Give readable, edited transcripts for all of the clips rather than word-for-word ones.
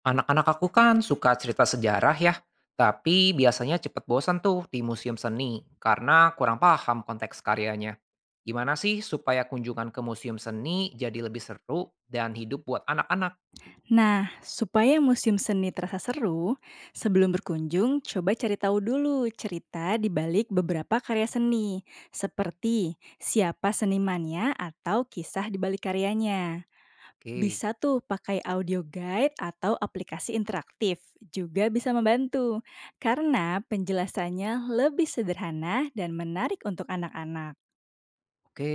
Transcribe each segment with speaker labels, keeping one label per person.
Speaker 1: Anak-anak aku kan suka cerita sejarah ya, tapi biasanya cepet bosan tuh di museum seni karena kurang paham konteks karyanya. Gimana sih supaya kunjungan ke museum seni jadi lebih seru dan hidup buat anak-anak?
Speaker 2: Nah, supaya museum seni terasa seru, sebelum berkunjung, coba cari tahu dulu cerita di balik beberapa karya seni, seperti siapa senimannya atau kisah di balik karyanya.
Speaker 1: Oke,
Speaker 2: Bisa tuh pakai audio guide atau aplikasi interaktif, juga bisa membantu, karena penjelasannya lebih sederhana dan menarik untuk anak-anak.
Speaker 1: oke.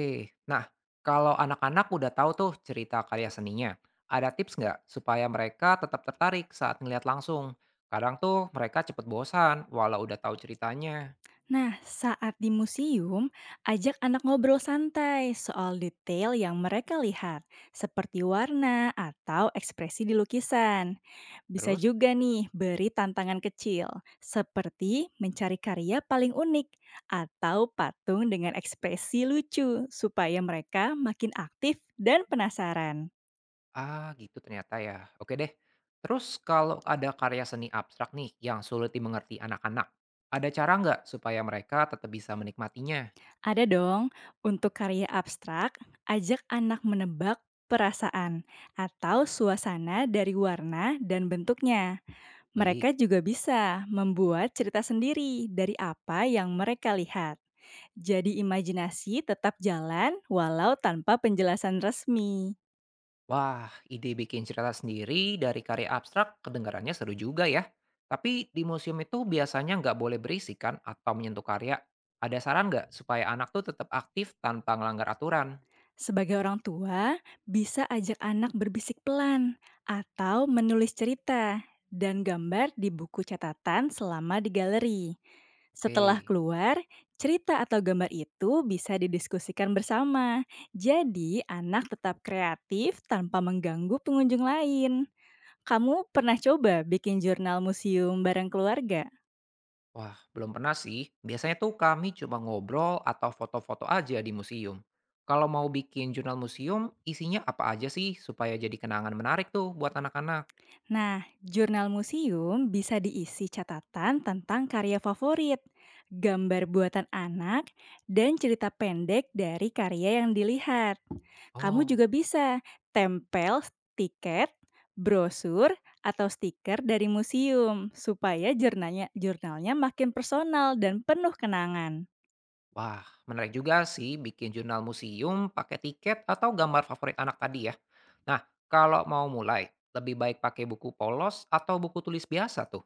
Speaker 1: Nah, kalau anak-anak udah tahu tuh cerita karya seninya, ada tips nggak supaya mereka tetap tertarik saat ngeliat langsung? Kadang tuh mereka cepet bosan walau udah tahu ceritanya.
Speaker 2: Nah, saat di museum, ajak anak ngobrol santai soal detail yang mereka lihat, seperti warna atau ekspresi di lukisan. Bisa
Speaker 1: Terus?
Speaker 2: juga nih beri tantangan kecil, seperti mencari karya paling unik atau patung dengan ekspresi lucu, supaya mereka makin aktif dan penasaran.
Speaker 1: Ah, gitu ternyata ya. Oke deh. Terus kalau ada karya seni abstrak nih yang sulit dimengerti anak-anak, ada cara nggak supaya mereka tetap bisa menikmatinya?
Speaker 2: Ada dong, untuk karya abstrak, ajak anak menebak perasaan atau suasana dari warna dan bentuknya.
Speaker 1: Baik.
Speaker 2: Mereka juga bisa membuat cerita sendiri dari apa yang mereka lihat. Jadi imajinasi tetap jalan walau tanpa penjelasan resmi.
Speaker 1: Wah, ide bikin cerita sendiri dari karya abstrak kedengarannya seru juga ya. Tapi di museum itu biasanya nggak boleh berisikan atau menyentuh karya. Ada saran nggak supaya anak tuh tetap aktif tanpa ngelanggar aturan?
Speaker 2: Sebagai orang tua, bisa ajak anak berbisik pelan atau menulis cerita dan gambar di buku catatan selama di galeri. Setelah
Speaker 1: Oke.
Speaker 2: keluar, cerita atau gambar itu bisa didiskusikan bersama. Jadi, anak tetap kreatif tanpa mengganggu pengunjung lain. Kamu pernah coba bikin jurnal museum bareng keluarga?
Speaker 1: Wah, belum pernah sih. Biasanya tuh kami cuma ngobrol atau foto-foto aja di museum. Kalau mau bikin jurnal museum, isinya apa aja sih supaya jadi kenangan menarik tuh buat anak-anak?
Speaker 2: Nah, jurnal museum bisa diisi catatan tentang karya favorit, gambar buatan anak, dan cerita pendek dari karya yang dilihat. Kamu
Speaker 1: Oh,
Speaker 2: juga bisa tempel tiket, brosur, atau stiker dari museum supaya jurnalnya makin personal dan penuh kenangan.
Speaker 1: wah, menarik juga sih bikin jurnal museum pakai tiket atau gambar favorit anak tadi ya. Nah, kalau mau mulai, lebih baik pakai buku polos atau buku tulis biasa tuh?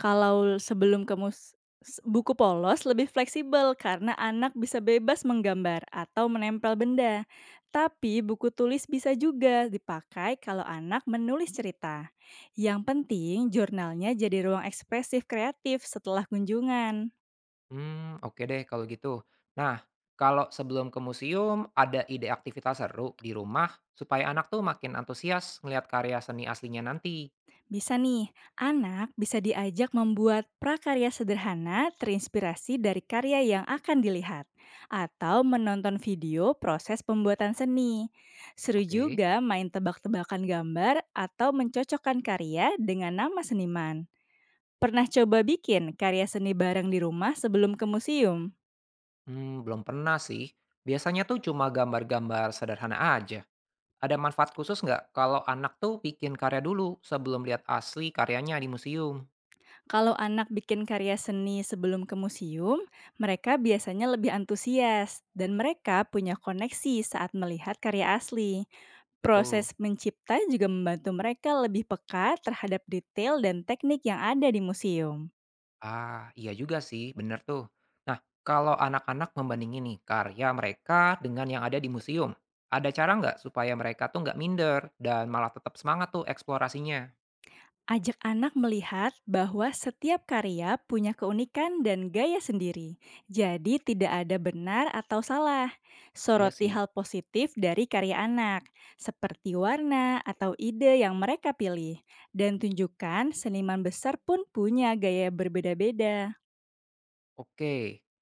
Speaker 2: Kalau sebelum ke mus s buku polos lebih fleksibel karena anak bisa bebas menggambar atau menempel benda. Tapi buku tulis bisa juga dipakai kalau anak menulis cerita. Yang penting jurnalnya jadi ruang ekspresif kreatif setelah kunjungan.
Speaker 1: Hmm, oke deh kalau gitu. Nah, kalau sebelum ke museum, ada ide aktivitas seru di rumah supaya anak tuh makin antusias ngelihat karya seni aslinya nanti?
Speaker 2: Bisa nih, anak bisa diajak membuat prakarya sederhana terinspirasi dari karya yang akan dilihat atau menonton video proses pembuatan seni. Seru
Speaker 1: Oke.
Speaker 2: juga main tebak-tebakan gambar atau mencocokkan karya dengan nama seniman. Pernah coba bikin karya seni bareng di rumah sebelum ke museum?
Speaker 1: Hmm, belum pernah sih. Biasanya tuh cuma gambar-gambar sederhana aja. Ada manfaat khusus nggak kalau anak tuh bikin karya dulu sebelum lihat asli karyanya di museum?
Speaker 2: Kalau anak bikin karya seni sebelum ke museum, mereka biasanya lebih antusias dan mereka punya koneksi saat melihat karya asli.
Speaker 1: Betul.
Speaker 2: Proses mencipta juga membantu mereka lebih peka terhadap detail dan teknik yang ada di museum.
Speaker 1: Ah, iya juga sih, bener tuh. Nah, kalau anak-anak membandingin nih karya mereka dengan yang ada di museum, ada cara nggak supaya mereka tuh nggak minder dan malah tetap semangat tuh eksplorasinya?
Speaker 2: Ajak anak melihat bahwa setiap karya punya keunikan dan gaya sendiri, jadi tidak ada benar atau salah.
Speaker 1: Iya
Speaker 2: Soroti
Speaker 1: sih.
Speaker 2: hal positif dari karya anak, seperti warna atau ide yang mereka pilih, dan tunjukkan seniman besar pun punya gaya berbeda-beda.
Speaker 1: Oke.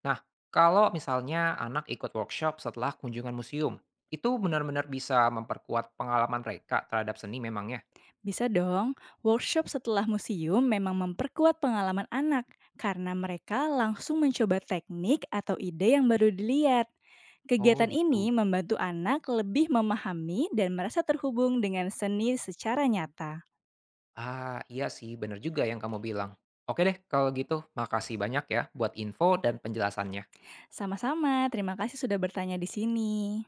Speaker 1: Nah, kalau misalnya anak ikut workshop setelah kunjungan museum, itu benar-benar bisa memperkuat pengalaman mereka terhadap seni memangnya?
Speaker 2: Bisa dong, workshop setelah museum memang memperkuat pengalaman anak karena mereka langsung mencoba teknik atau ide yang baru dilihat.
Speaker 1: Oh
Speaker 2: Kegiatan ini
Speaker 1: gitu.
Speaker 2: membantu anak lebih memahami dan merasa terhubung dengan seni secara nyata.
Speaker 1: Ah, iya sih, benar juga yang kamu bilang. Oke deh, kalau gitu makasih banyak ya buat info dan penjelasannya.
Speaker 2: Sama-sama, terima kasih sudah bertanya di sini.